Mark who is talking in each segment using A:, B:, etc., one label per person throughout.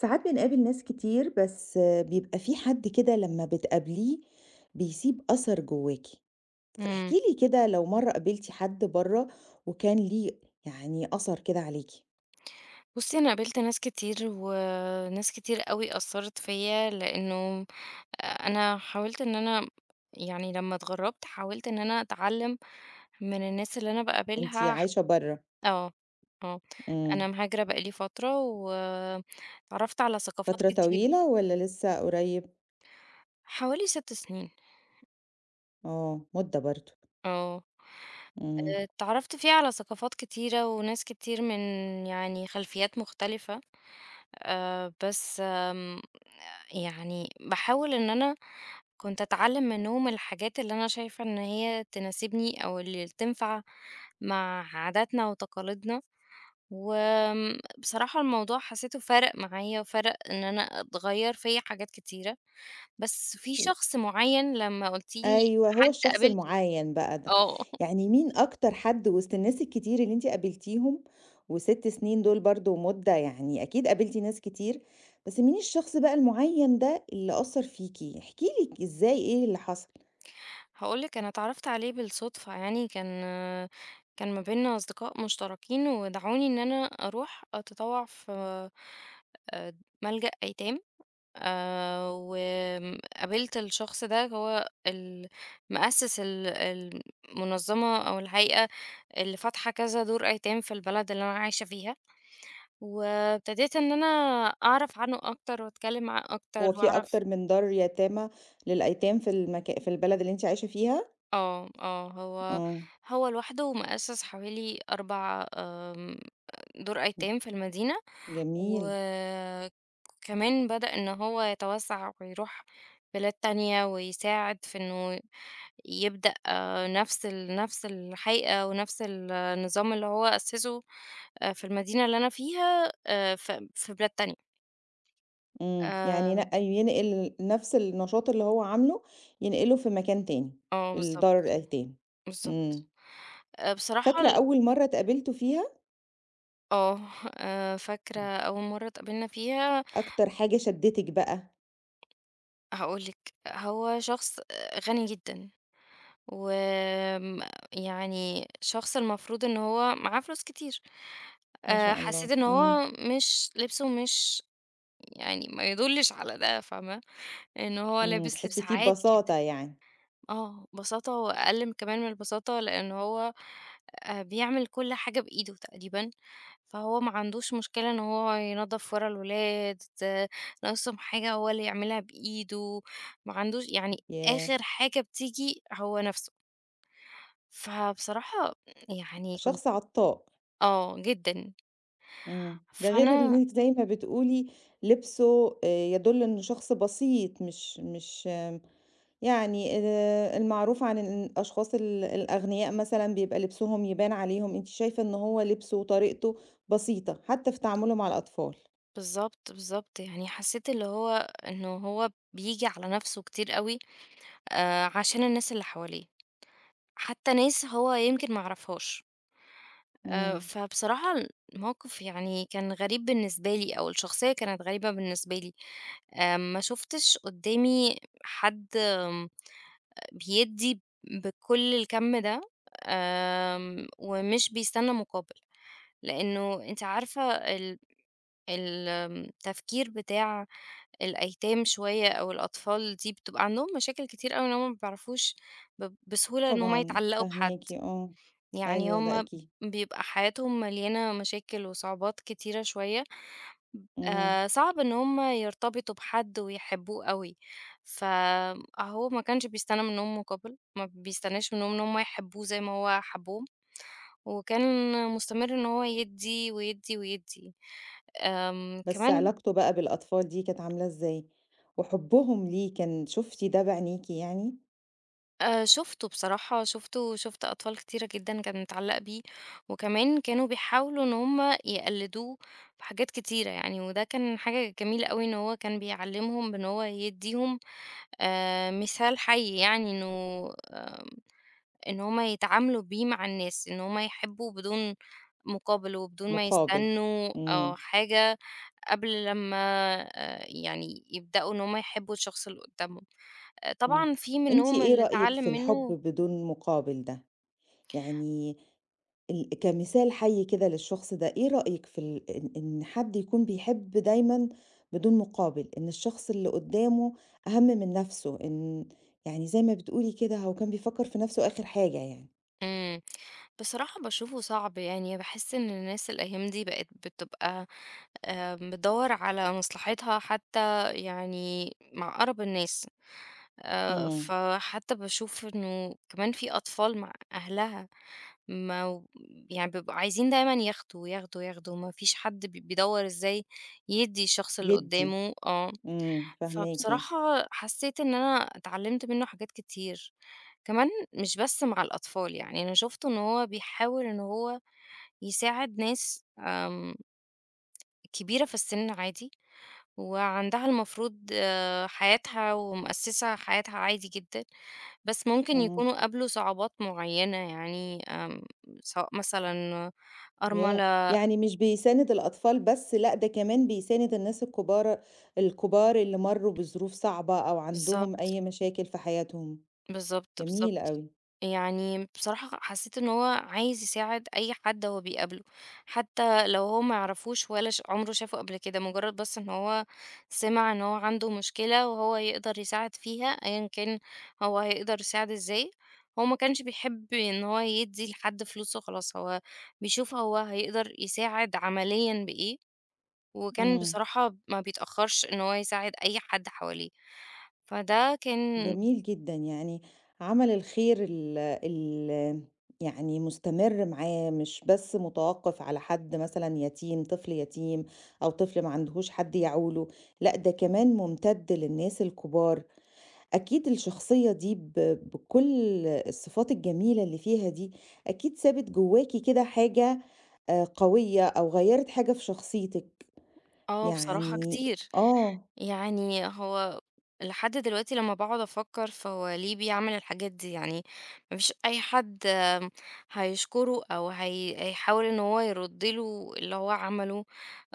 A: ساعات بنقابل ناس كتير، بس بيبقى في حد كده لما بتقابليه بيسيب أثر جواكي.
B: إمم.
A: فاحكي لي كده، لو مرة قابلتي حد بره وكان ليه يعني أثر كده عليكي.
B: بُصّي، أنا قابلت ناس كتير، وناس كتير أوي أثّرت فيّا، لإنه أنا حاولت إن أنا يعني لمّا اتغرّبت، حاولت إن أنا أتعلّم من الناس اللي أنا
A: انتي
B: باقابلها
A: عايشة بره؟
B: آه، آه. أنا
A: امم
B: مهاجرة بقى لي فترة، واتعرّفت على ثقافات
A: فترة
B: كتير.
A: طويلة ولا لسه قريب؟
B: حوالي 6 سنين.
A: اه، مدة برضو.
B: آه.
A: امم
B: اتعرّفت فيها على ثقافات كتيرة، وناس كتير من يعني خلفيّات مختلفة، بس آمم يعني باحاول إن أنا كنت أتعلم منهم الحاجات اللي أنا شايفة إن هي تناسبني أو اللي تنفع مع عاداتنا وتقاليدنا. وبصراحة الموضوع حسيته فرق معايا وفرق إن أنا أتغير فيا حاجات كتيرة. بس في شخص معين لما قلتيلي
A: أيوه، هو
B: حد
A: الشخص
B: قابلته.
A: المُعيّن بقى ده،
B: اه
A: يعني مين أكتر حد وسط الناس الكتير اللي أنتِ قابلتيهم، و6 سنين دول برضه مُدة، يعني أكيد قابلتِ ناس كتير، بس مين الشخص بقى المُعيّن ده اللي أثّر فيكِ؟ احكي لي إزاي، إيه اللي حصل؟
B: هقولك أنا اتعرفت عليه بالصدفة، يعني كان ما بيننا أصدقاء مشتركين ودعوني إن أنا أروح أتطوع في آه، ملجأ أيتام. وآمم قابلت الشخص ده، هو مأسِّس المنظمة أو الهيئة اللي فاتحة كذا دور أيتام في البلد اللي أنا عايشة فيها، وابتديت إن أنا أعرف عنه أكتر وأتكلّم معاه أكتر
A: هو في
B: وأعرف.
A: أكتر من دار يتامى للأيتام في في البلد اللي أنتِ عايشة فيها؟
B: آه، آه. هو
A: آه،
B: هو لوحده مأسِّس حوالي 4 دور أيتام في المدينة.
A: جميل،
B: وكمان بدأ إن هو يتوسّع ويروح بلاد تانية ويساعد في إنه يبدأ آه، نفس الحقيقة ونفس النظام اللي هو أسسه في المدينة اللي أنا فيها ف في بلاد تانية.
A: إمم، يعني
B: آآ
A: ينقل نفْس النشاط اللي هو عامله، ينقله في مكان تاني،
B: آه،
A: لدار
B: بالضبط،
A: الأيتام،
B: بالضبط.
A: إمم.
B: بصراحة
A: فاكرة أول مرّة اتقابلتوا فيها،
B: آه. فاكرة
A: إمم.
B: أول مرّة اتقابلنا فيها.
A: أكتر حاجة شدّتِك بقى؟
B: هاقول لِك، هو شخص آه، غني جدًا، وآمم يعني شخص المفروض إن هو معاه فلوس كتير.
A: ما شاء الله،
B: حسيت إن
A: إمم،
B: هو مش لبسه مش يعني ما يدُلِّش على ده، فاهمة؟ إن هو
A: إمم،
B: لابس لبس
A: تحسّي فيه
B: عادي جدًا.
A: ببساطة يعني،
B: آه، بساطة وأقل كمان من البساطة، لإن هو بيعمل كل حاجة بإيده تقريبًا، فهو ما عندوش مشكلة إن هو ينضّف ورا الولاد، آه، ناقصهم حاجة هو اللي يعملها بإيده. ما عندوش يعني
A: ياه!
B: آخر حاجة بتيجي هو نَفْسه. فبصراحة يعني كنت
A: شخص عطاء،
B: آه، جدًا.
A: إمم، ده غير
B: فأنا
A: اللي أنتِ زي ما بتقولي لبسه يدُل إنه شخص بسيط مش مش يعني المعروف عن الأشخاص الأغنياء مثلًا بيبقى لبسهم يبان عليهم، أنتِ شايفة إن هو لبسه وطريقته بسيطة، حتى في تعامله مع الأطفال،
B: بالضبط، بالضبط، يعني حسّيت اللي هو إنه هو بييجي على نَفْسه كتير أوي، عشان الناس اللي حواليه. حتى ناس هو يمكن ما يعرفهاش.
A: إمم،
B: فبصراحة الموقف يعني كان غريب بالنسبة لي أو الشخصية كانت غريبة بالنسبة لي. ما شُفتش قدّامي حد بيدّي بكل الكَم ده، ومش بيستنى مقابل، لإنه أنتِ عارفة ال ال آمم، التفكير بتاع الأيتام شوية أو الأطفال دي بتبقى عندهم مشاكل كتير أوي إن هُم ما بيعرفوش بسهولة إن هُم
A: طبعًا
B: يتعلّقوا بحد.
A: فاهماكِ، آه،
B: يعني
A: أيوه ده
B: هم
A: أكيد.
B: بيبقى حياتهم مليانة مشاكل وصعوبات كتيرة شوية،
A: إمم،
B: آه، صعب ان هم يرتبطوا بحد ويحبوه قوي. فهو ما كانش بيستنى منهم مقابل، ما بيستناش منهم ان هم يحبوه زي ما هو حبوه. وكان مستمر ان هو يدي ويدي ويدي. أم،
A: بس
B: كمان
A: علاقته بقى بالأطفال دي كانت عاملة إزاي؟ وحُبّهم ليه كان شُفتِ ده بعينيكِ يعني؟
B: شُفته بصراحة، شُفت أطفال كتيرة جدًا كانت متعلّقة بيه، وكمان كانوا بيحاولوا إن هُم يقلّدوه في حاجات كتيرة يعني، وده كان حاجة جميلة أوي إن هو كان بيعلّمهم بإن هو يدّيهم مثال حَي، يعني إنه إن هُم يتعاملوا بيه مع الناس، إن هُم يحبّوا بدون مقابل وبدون ما
A: مقابل،
B: يستنّوا آه،
A: إمم،
B: حاجة قبل لمّا يعني يبدأوا إن هُم يحبّوا الشخص اللي قُدّامهم.
A: إمم،
B: طبعًا في
A: أنتِ
B: منهم
A: إيه
B: اللي
A: رأيِك
B: اتعلّم
A: في الحُب
B: منّه.
A: بدون مقابل ده؟ يعني كمثال حَي كده للشخص ده، إيه رأيك في ال إن إن حد يكون بيحب دايمًا بدون مقابل، إن الشخص اللي قدّامه أهم من نَفْسه، يعني زي ما بتقولي كده هو كان بيفكّر في نَفْسه آخِر حاجة يعني،
B: امم، بصراحة باشوفه صعب، يعني باحس إن الناس الأيام دي بقت بتبقى بتدوّر على مصلحتها حتى يعني مع أقرب الناس.
A: إمم،
B: فحتى باشوف إنه كمان في أطفال مع أهلها ما و يعني بيبقوا عايزين دايمًا ياخدوا، ياخدوا، ياخدوا. ما فيش حد بيدوّر إزاي يدّي الشخص اللي
A: يدّي،
B: قدّامه. آه.
A: إمم، فاهماكِ،
B: فبصراحة حسيت إن أنا اتعلمت منه حاجات كتير، كمان مش بس مع الأطفال، يعني أنا شُفته إن هو بيحاول إن هو يساعد ناس كبيرة في السِن عادي، وعندها المفروض آه، حياتها ومأسسة حياتها عادي جدًا، بس ممكن
A: إمم.
B: يكونوا قابلوا صعوبات معيّنة، يعني سواء مثلًا
A: ياه!
B: أرملة.
A: يعني مش بيساند الأطفال بس، لأ ده كمان بيساند الناس الكبار، اللي مرّوا بظروف صعبة أو عندهم
B: بالضبط.
A: أي مشاكل في حياتهم،
B: بالضبط،
A: جميل
B: بالضبط.
A: أوي،
B: يعني بصراحة حسّيت إن هو عايز يساعد أي حد هو بيقابله، حتى لو هو ما يعرفوش ولا عمره شافه قبل كده، مجرّد بس إن هو سمع إن هو عنده مشكلة وهو يقدر يساعد فيها، أيًا كان هو هيقدر يساعد إزاي. هو ما كانش بيحب إن هو يدّي لحد فلوس وخلاص، هو بيشوف هو هيقدر يساعد عمليًا بإيه. وكان
A: إمم،
B: بصراحة ما بيتأخّرش إن هو يساعد أي حد حواليه. فده كان
A: جميل جدًا، يعني عمل الخير ال ال يعني مستمر معاه، مش بس متوقف على حد مثلًا يتيم، طفل يتيم أو طفل ما عندهوش حد يعوله، لأ ده كمان ممتد للناس الكبار، أكيد الشخصية دي بكل الصفات الجميلة اللي فيها دي، أكيد سابت جواكِ كده حاجة قوية أو غيّرت حاجة في شخصيتِك،
B: آه، بصراحة
A: يعني
B: كتير.
A: آه،
B: يعني هو لحد دلوقتي لما باقعد أفكّر فهو ليه بيعمل الحاجات دي، يعني ما فيش أي حد هيشكره أو هيحاول إن هو يرُد له اللي هو عمله.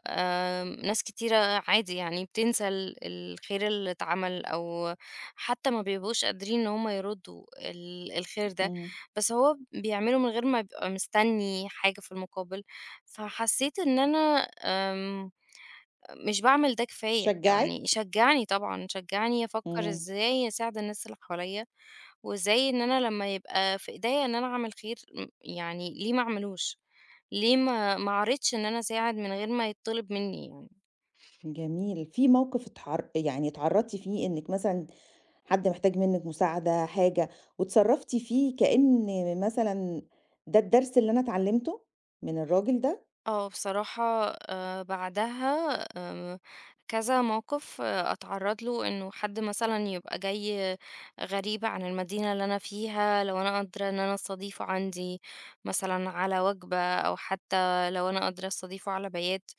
B: ناس كتيرة عادي يعني بتنسى الخير اللي اتعمل، أو حتى ما بيبقوش قادرين إن هم يردّوا الخير ده.
A: إمم،
B: بس هو بيعمله من غير ما يبقى مستني حاجة في المقابل. فحسّيت إن أنا آمم مش باعمل ده كفاية، يعني
A: شجّعِك؟
B: شجّعني طبعًا، شجّعني أفكّر
A: إمم،
B: إزاي أساعد الناس اللي حواليّا. وإزاي إن أنا لمّا يبقى في إيديّا إن أنا أعمل خير يعني ليه ما أعملوش؟ ليه ما أعرِضش إن أنا أساعد من غير ما يتطلب منّي، يعني؟
A: جميل، في موقف يعني اتعرّضتِ فيه إنِّك مثلًا حد محتاج منِّك مساعدة، حاجة، واتصرّفتِ فيه كإن مثلًا ده الدرس اللي أنا اتعلّمته من الراجل ده؟
B: آه بصراحة، بعدها كذا موقف آه، أتعرّض له، إنه حد مثلًا يبقى جاي غريب عن المدينة اللي أنا فيها، لو أنا قادرة إن أنا أستضيفه عندي مثلًا على وجبة أو حتى لو أنا قادرة أستضيفه على بيات.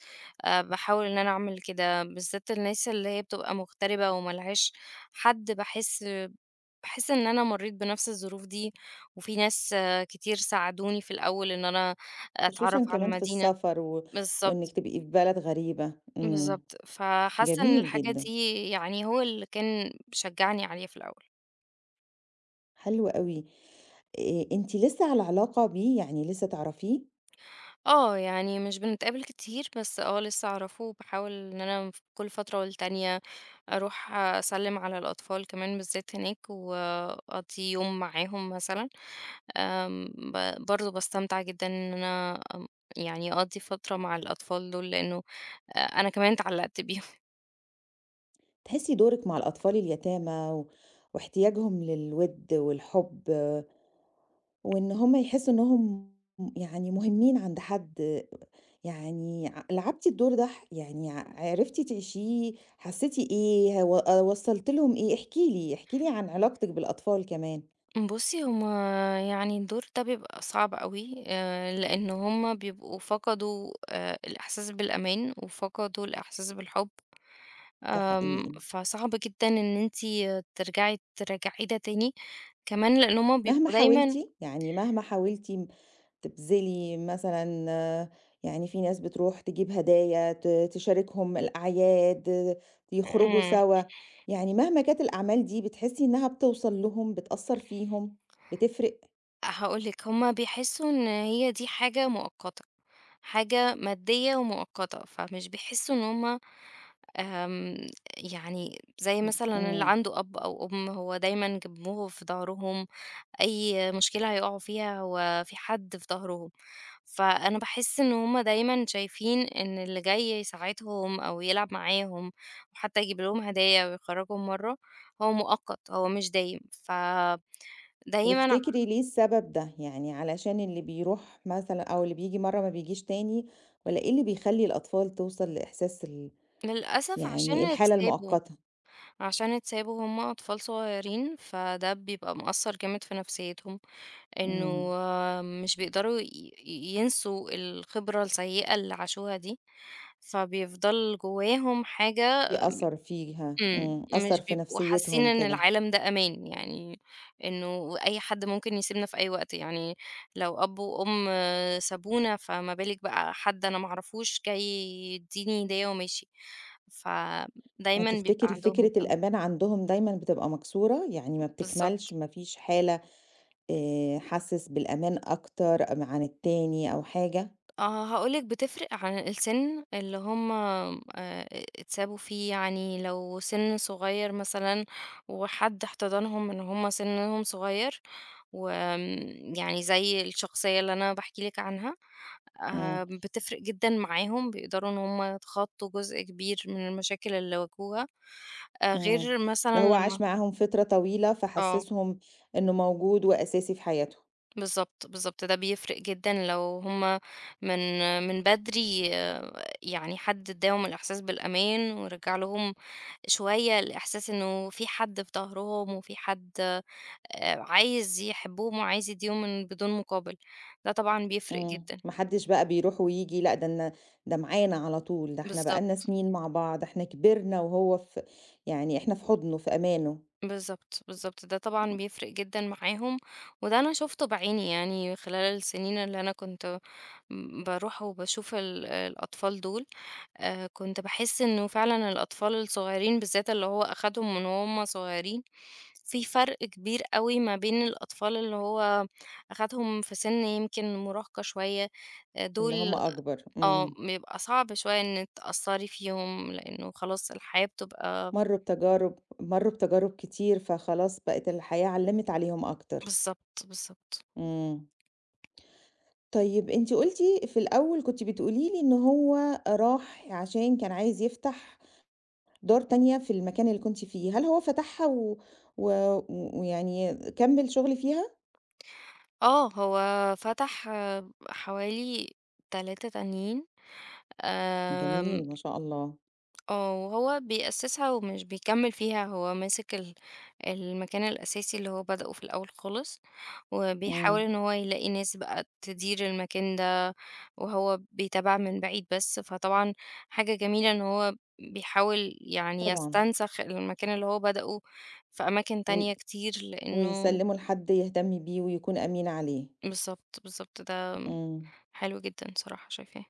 B: باحاول إن أنا أعمل كده، بالذات الناس اللي هي بتبقى مغتربة وما لهاش حد. باحس إن أنا مرّيت بنفس الظروف دي، وفي ناس آه، كتير ساعدوني في الأول إن أنا أتعرّف
A: خصوصًا
B: على
A: كمان في
B: المدينة.
A: السفر، وإنِّك
B: بالضبط،
A: تبقي في بلد غريبة، إمم.
B: بالضبط. فحاسة إن
A: جميل
B: الحاجة
A: جدًا،
B: دي يعني هو اللي كان شجّعني عليه في الأول.
A: حلو أوي. أنتِ لسه على علاقة بيه، يعني لسه تعرفيه؟
B: آه، يعني مش بنتقابل كتير، بس آه، لسه أعرفه وباحاول إن أنا كل فترة والتانية أروح أسلِّم على الأطفال كمان بالذات هناك وأقضّي يوم معاهم مثلًا. آمم ب برضه باستمتع جدًا إن أنا يعني أقضّي فترة مع الأطفال دول، لإنه أنا كمان اتعلّقت بيهم.
A: تحسي دورِك مع الأطفال اليتامى واحتياجهم للوِد والحُب، وإن هم يحسّوا إنهم يعني مهمين عند حد، يعني لعبتِ الدور ده، يعني عرفتِ تعيشيه، حسّيتِ إيه، وصّلتِ لهم إيه؟ احكي لي، احكي لي عن علاقتِك بالأطفال كمان،
B: بُصّي، هُم يعني الدور ده بيبقى صعب أوي، لإن هُم بيبقوا فقدوا الإحساس بالأمان، وفقدوا الإحساس بالحُب.
A: ده حقيقي.
B: فصعب جدًا إن أنتِ تراجعيه ده تاني، كمان لإن هُم
A: مهما
B: بيبقوا
A: حاولتِ،
B: دايمًا.
A: يعني مهما حاولتِ تبذلي مثلًا آه، يعني في ناس بتروح تجيب هدايا، تشاركهم الأعياد، آه، يخرجوا
B: إمم.
A: سوا، يعني مهما كانت الأعمال دي بتحسي إنها بتوصل لهم، بتأثّر فيهم، بتفرق؟
B: هاقول لِك هُم بيحسّوا إن هي دي حاجة مؤقتة، حاجة مادية ومؤقتة، فمش بيحسّوا إن هُم آمم يعني زي مثلًا اللي
A: إمم.
B: عنده أب أو أم هو دايمًا جنبهم في ضهرهم. أي مشكلة هيقعوا فيها هو في حد في ضهرهم. فأنا باحس إن هُم دايمًا شايفين إن اللي جاي يساعدهم أو يلعب معاهم وحتى يجيب لهم هدايا ويخرّجهم برّه هو مؤقت، هو مش دايم. فدايمًا ع
A: وتفتكري ليه السبب ده؟ يعني علشان اللي بيروح مثلًا أو اللي بييجي مرّة ما بيجيش تاني، والّا إيه اللي بيخلّي الأطفال توصل لإحساس
B: للأسف
A: يعني
B: عشان
A: الحالة
B: اتسابوا.
A: المؤقتة؟
B: عشان اتسابوا هُم أطفال صغيرين، فده بيبقى مأثّر جامد في نفسيتهم. إنه
A: إمم.
B: مش بيقدروا ينسوا الخبرة السيئة اللي عاشوها دي، فبيفضل جواهم حاجة.
A: في أثر فيها،
B: إمم.
A: إمم، أثّر
B: مش
A: في
B: بيبقوا حاسين
A: نفسيتهم
B: إن
A: كده.
B: العالم ده أمان، يعني إنه أي حد ممكن يسيبنا في أي وقت. يعني لو أب وأم سابونا، فما بالِك بقى حد أنا ما أعرفوش جاي يدّيني هدية وماشي. فدايمًا بيبقى
A: هتفتكري
B: عندهم
A: فكرة
B: الجو.
A: الأمان عندهم دايمًا بتبقى مكسورة، يعني ما بتكملش،
B: بالضبط.
A: ما فيش حالة حاسس بالأمان أكتر عن التاني أو حاجة؟
B: آه، هاقول لِك بتفرق عن السِن اللي هُم اتسابوا فيه، يعني لو سِن صغير مثلًا وحد احتضنهم إن هُم سِنهم صغير، وآمم يعني زي الشخصية اللي أنا باحكي لِك عنها،
A: إمم،
B: بتفرق جدًا معاهم، بيقدروا إن هُم يتخطّوا جزء كبير من المشاكل اللي واجهوها.
A: إمم،
B: غير
A: اللي
B: مثلًا
A: هو عاش
B: لمّا
A: معاهم فترة طويلة
B: آه،
A: فحسسهم إنه موجود وأساسي في حياتهم،
B: بالضبط، بالضبط. ده بيفرق جدًا لو هُم من من بدري، يعني حد اداهم الإحساس بالأمان ورجّع لهم شوية الإحساس إنه في حد في ضهرهم وفي حد عايز يحبّهم وعايز يدّيهم من بدون مقابل. ده طبعًا بيفرق
A: إمم،
B: جدًا.
A: ما حدش بقى بيروح وييجي، لأ ده معانا على طول، ده إحنا بقى لنا
B: بالضبط،
A: سنين مع بعض، إحنا كبرنا وهو في يعني إحنا في حضنه، في أمانه.
B: بالضبط، بالضبط، ده طبعًا
A: إمم.
B: بيفرق جدًا معاهم. وده أنا شُفته بعيني يعني خلال السنين اللي أنا كنت باروح وباشوف الأطفال دول. كنت باحس إنه فعلًا الأطفال الصغيرين بالذات اللي هو أخدهم من وهم صغيرين، في فرق كبير أوي ما بين الأطفال اللي هو أخدهم في سِن يمكن مراهقة شوية.
A: اللي هم
B: دول
A: أكبر،
B: آه،
A: إمم.
B: بيبقى صعب شوية إن تأثّري فيهم، لإنه خلاص الحياة بتبقى
A: مرّوا بتجارب كتير، فخلاص بقت الحياة علّمت عليهم أكتر.
B: بالضبط، بالضبط.
A: إمم. طيب أنتِ قُلتِ في الأول كنتِ بتقولي لي إن هو راح عشان كان عايز يفتح دار تانية في المكان اللي كنتِ فيه، هل هو فتحها و و ويعني كمّل شغل فيها؟
B: آه، هو فتح آه، حوالي 3 تانيين. آمم
A: جميل ما شاء الله،
B: آه، وهو بيأسسها ومش بيكمّل فيها. هو ماسك المكان الأساسي اللي هو بدأه في الأول خالص، وبيحاول
A: إمم،
B: إن هو يلاقي ناس بقى تدير المكان ده. وهو بيتابع من بعيد بس. فطبعًا حاجة جميلة إن هو بيحاول يعني
A: طبعًا،
B: يستنسخ المكان اللي هو بدأه في أماكن
A: و
B: تانية كتير، لإنه
A: ويسلّمه لحد يهتم بيه ويكون أمين عليه،
B: بالضبط، بالضبط. ده
A: إمم،
B: حلو جدًا صراحة شايفاه.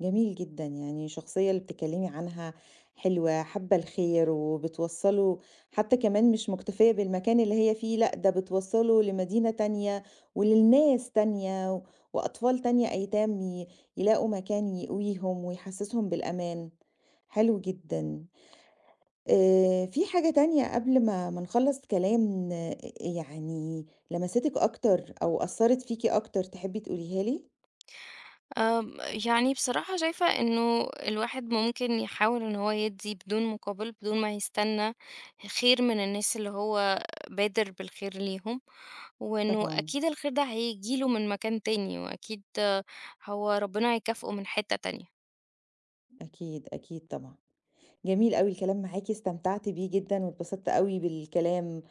A: جميل جدًا، يعني الشخصية اللي بتتكلمي عنها حلوة، حابة الخير وبتوصّله حتى كمان مش مكتفية بالمكان اللي هي فيه، لأ ده بتوصّله لمدينة تانية وللناس تانية، وأطفال تانية أيتام يلاقوا مكان يأويهم ويحسّسهم بالأمان. حلو جدًا. في حاجة تانية قبل ما نخلّص كلام، يعني لمستِك أكتر أو أثّرت فيكِ أكتر تحبّي تقوليها لي؟
B: آمم، يعني بصراحة شايفة إنه الواحد ممكن يحاول إن هو يدّي بدون مقابل، بدون ما يستنى خير من الناس اللي هو بادر بالخير ليهم. وإنه
A: طبعًا،
B: أكيد الخير ده هييجي له من مكان تاني، وأكيد آه، هو ربنا هيكافئه من حتّة تانية.
A: أكيد، أكيد طبعًا. جميل أوي الكلام معاكِ، استمتعت بيه جدًا واتبسطت أوي بالكلام،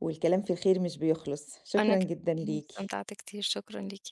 A: والكلام في الخير مش بيخلص.
B: أنا
A: شكرًا جدًا
B: كمان
A: ليكِ.
B: استمتعت كتير، شكرًا ليكِ.